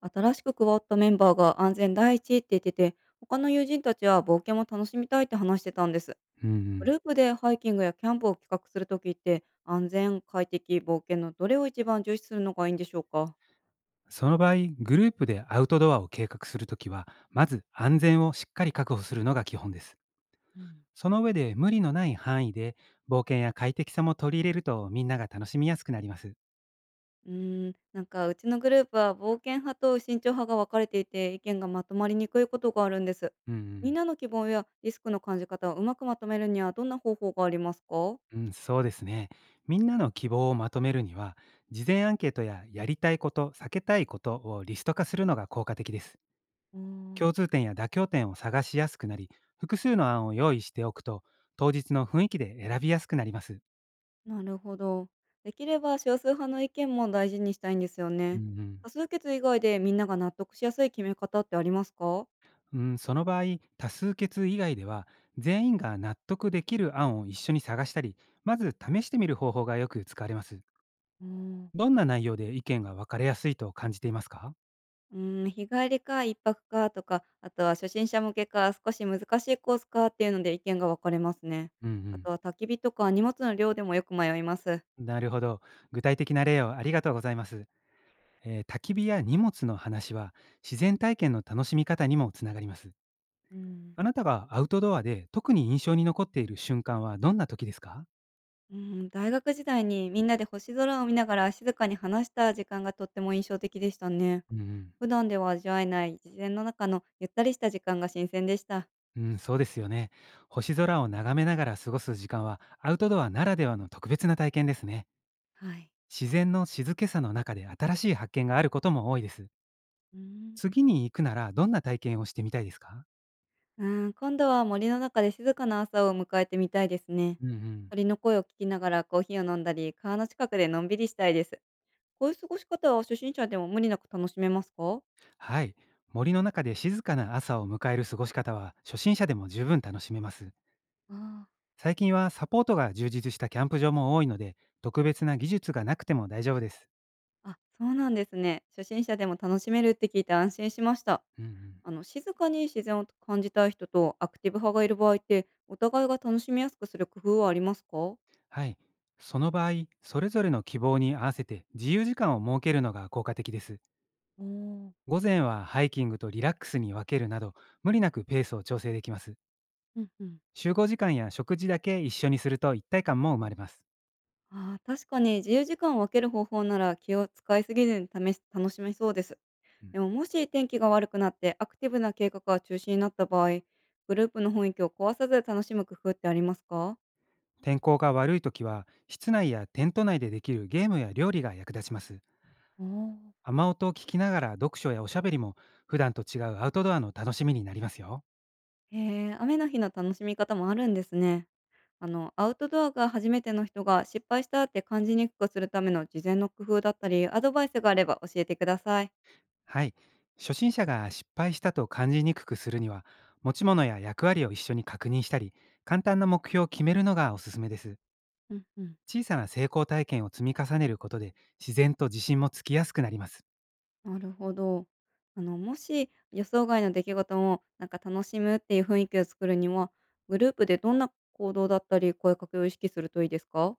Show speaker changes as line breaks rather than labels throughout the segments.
新しく加わったメンバーが安全第一って言ってて、他の友人たちは冒険も楽しみたいって話してたんです。
うんう
グル
ん。
ープでハイキングやキャンプを企画するときって、安全、快適、冒険のどれを一番重視するのがいいんでしょうか？
その場合、グループでアウトドアを計画するときは、まず安全をしっかり確保するのが基本です。
うん。
その上で無理のない範囲で冒険や快適さも取り入れるとみんなが楽しみやすくなります。
うーなんかうちのグループは冒険派と慎重派が分かれていて意見がまとまりにくいことがあるんです。
う
みん
ん
なの希望やリスクの感じ方をうまくまとめるにはどんな方法がありますか？
うん、うん、そうですね。みんなの希望をまとめるには、事前アンケートややりたいこと、避けたいことをリスト化するのが効果的です。
うー
共通点や妥協点を探しやすくなり、複数の案を用意しておくと、当日の雰囲気で選びやすくなります。
なるほど。できれば少数派の意見も大事にしたいんですよ
うん
ね。
うん
多数決以外でみんなが納得しやすい決め方ってありますか？
うん、その場合、多数決以外では、全員が納得できる案を一緒に探したり、まず試してみる方法がよく使われます。
うん、
どんな内容で意見が分かれやすいと感じていますか？
うん、日帰りか一泊かとか、あとは初心者向けか少し難しいコースかっていうので意見が分かれますね。
うんう
あ
ん。
とは焚き火とか荷物の量でもよく迷います。
なるほど。具体的な例をありがとうございます。焚き火や荷物の話は、自然体験の楽しみ方にもつながります。
うん
あなたがアウトドアで特に印象に残っている瞬間はどんな時ですか？
うん。大学時代にみんなで星空を見ながら静かに話した時間がとっても印象的でしたね。
ううんうん
普段では味わえない自然の中のゆったりした時間が新鮮でした。
うん、そうですよね。星空を眺めながら過ごす時間は、アウトドアならではの特別な体験ですね。
はい。
自然の静けさの中で新しい発見があることも多いです。
うん。
次に行くなら、どんな体験をしてみたいですか？
うん、今度は森の中で静かな朝を迎えてみたいですね。
うんうん。
鳥の声を聞きながらコーヒーを飲んだり、川の近くでのんびりしたいです。こういう過ごし方は初心者でも無理なく楽しめますか？
はい。森の中で静かな朝を迎える過ごし方は、初心者でも十分楽しめます。
あ
最近はサポートが充実したキャンプ場も多いので、特別な技術がなくても大丈夫です。
ああ、そうなんですね。初心者でも楽しめるって聞いて安心しました。
うんうん。
静かに自然を感じたい人とアクティブ派がいる場合ってお互いが楽しみやすくする工夫はありますか？
はい。その場合、それぞれの希望に合わせて自由時間を設けるのが効果的です。
おー。
午前はハイキングとリラックスに分けるなど、無理なくペースを調整できます。
うんうん。
集合時間や食事だけ一緒にすると一体感も生まれます。
ああ、確かに自由時間を分ける方法なら気を使いすぎずに試し楽しめそうです。
うん。
でももし天気が悪くなってアクティブな計画が中止になった場合、グループの雰囲気を壊さず楽しむ工夫ってありますか？
天候が悪い時は、室内やテント内でできるゲームや料理が役立ちます。
おー。
雨音を聞きながら読書やおしゃべりも、普段と違うアウトドアの楽しみになりますよ。
へえ、雨の日の楽しみ方もあるんですね。アウトドアが初めての人が失敗したって感じにくくするための事前の工夫だったり、アドバイスがあれば教えてください。
はい。初心者が失敗したと感じにくくするには、持ち物や役割を一緒に確認したり、簡単な目標を決めるのがおすすめです。
うんうん。
小さな成功体験を積み重ねることで、自然と自信もつきやすくなります。
なるほど。もし予想外の出来事もなんか楽しむっていう雰囲気を作るには、グループでどんな行動だったり声かけを意識するといいですか？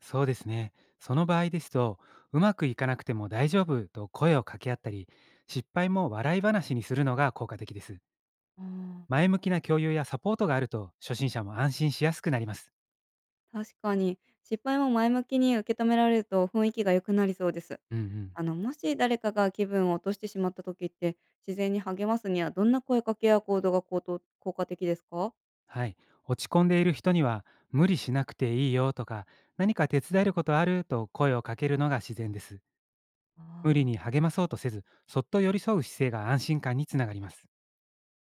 そうですね。その場合ですと、うまくいかなくても大丈夫と声を掛け合ったり、失敗も笑い話にするのが効果的です。
ああ、
前向きな共有やサポートがあると、初心者も安心しやすくなります。
確かに、失敗も前向きに受け止められると雰囲気が良くなりそうです。
うんうん。
もし誰かが気分を落としてしまった時って、自然に励ますにはどんな声かけや行動が効果的ですか？
はい。落ち込んでいる人には、無理しなくていいよとか、何か手伝えることあると声をかけるのが自然です。無理に
あ
励まそうとせず、そっと寄り添う姿勢が安心感につながります。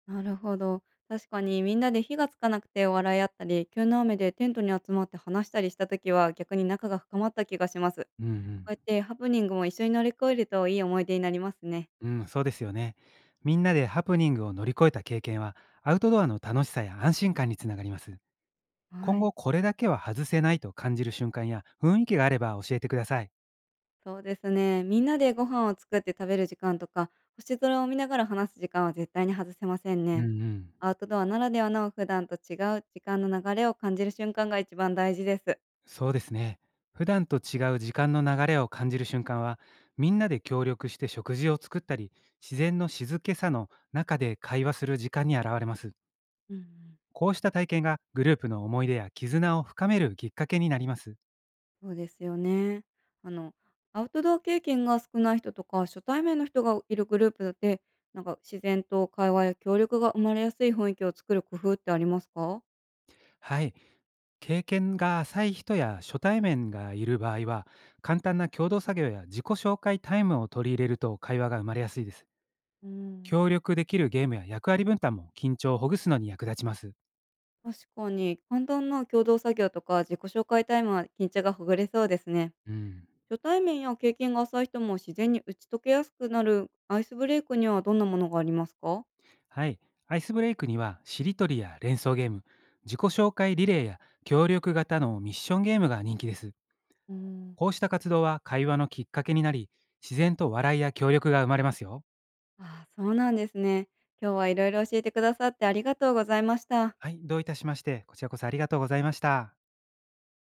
あ、なるほど。確かにみんなで火がつかなくて笑い合ったり、急な雨でテントに集まって話したりした時は逆に仲が深まった気がします。
うんう
こう
ん。
やってハプニングも一緒に乗り越えるといい思い出になりますね。
うん、そうですよね。みんなでハプニングを乗り越えた経験は、アウトドアの楽しさや安心感につながります。
は
今後
い。
これだけは外せないと感じる瞬間や雰囲気があれば教えてください。
そうですね。みんなでご飯を作って食べる時間とか、星空を見ながら話す時間は絶対に外せません
う
ね。
んうん。
アウトドアならではの普段と違う時間の流れを感じる瞬間が一番大事です。
そうですね。普段と違う時間の流れを感じる瞬間は、みんなで協力して食事を作ったり、自然の静けさの中で会話する時間に現れます。
うんうん。
こうした体験がグループの思い出や絆を深めるきっかけになります。
そうですよね。あの、アウトドア経験が少ない人とか、初対面の人がいるグループで、なんか自然と会話や協力が生まれやすい雰囲気を作る工夫ってありますか？
はい。経験が浅い人や初対面がいる場合は、簡単な共同作業や自己紹介タイムを取り入れると会話が生まれやすいです。
うん。
協力できるゲームや役割分担も緊張をほぐすのに役立ちます。
確かに、簡単な共同作業とか自己紹介タイムは緊張がほぐれそうですね。
うん。
初対面や経験が浅い人も自然に打ち解けやすくなるアイスブレイクにはどんなものがありますか？
はい。アイスブレイクには、しりとりや連想ゲーム、自己紹介リレーや協力型のミッションゲームが人気です。
うん。
こうした活動は会話のきっかけになり、自然と笑いや協力が生まれますよ。
ああ、そうなんですね。今日はいろいろ教えてくださってありがとうございました。
はい。どういたしまして、こちらこそありがとうございました。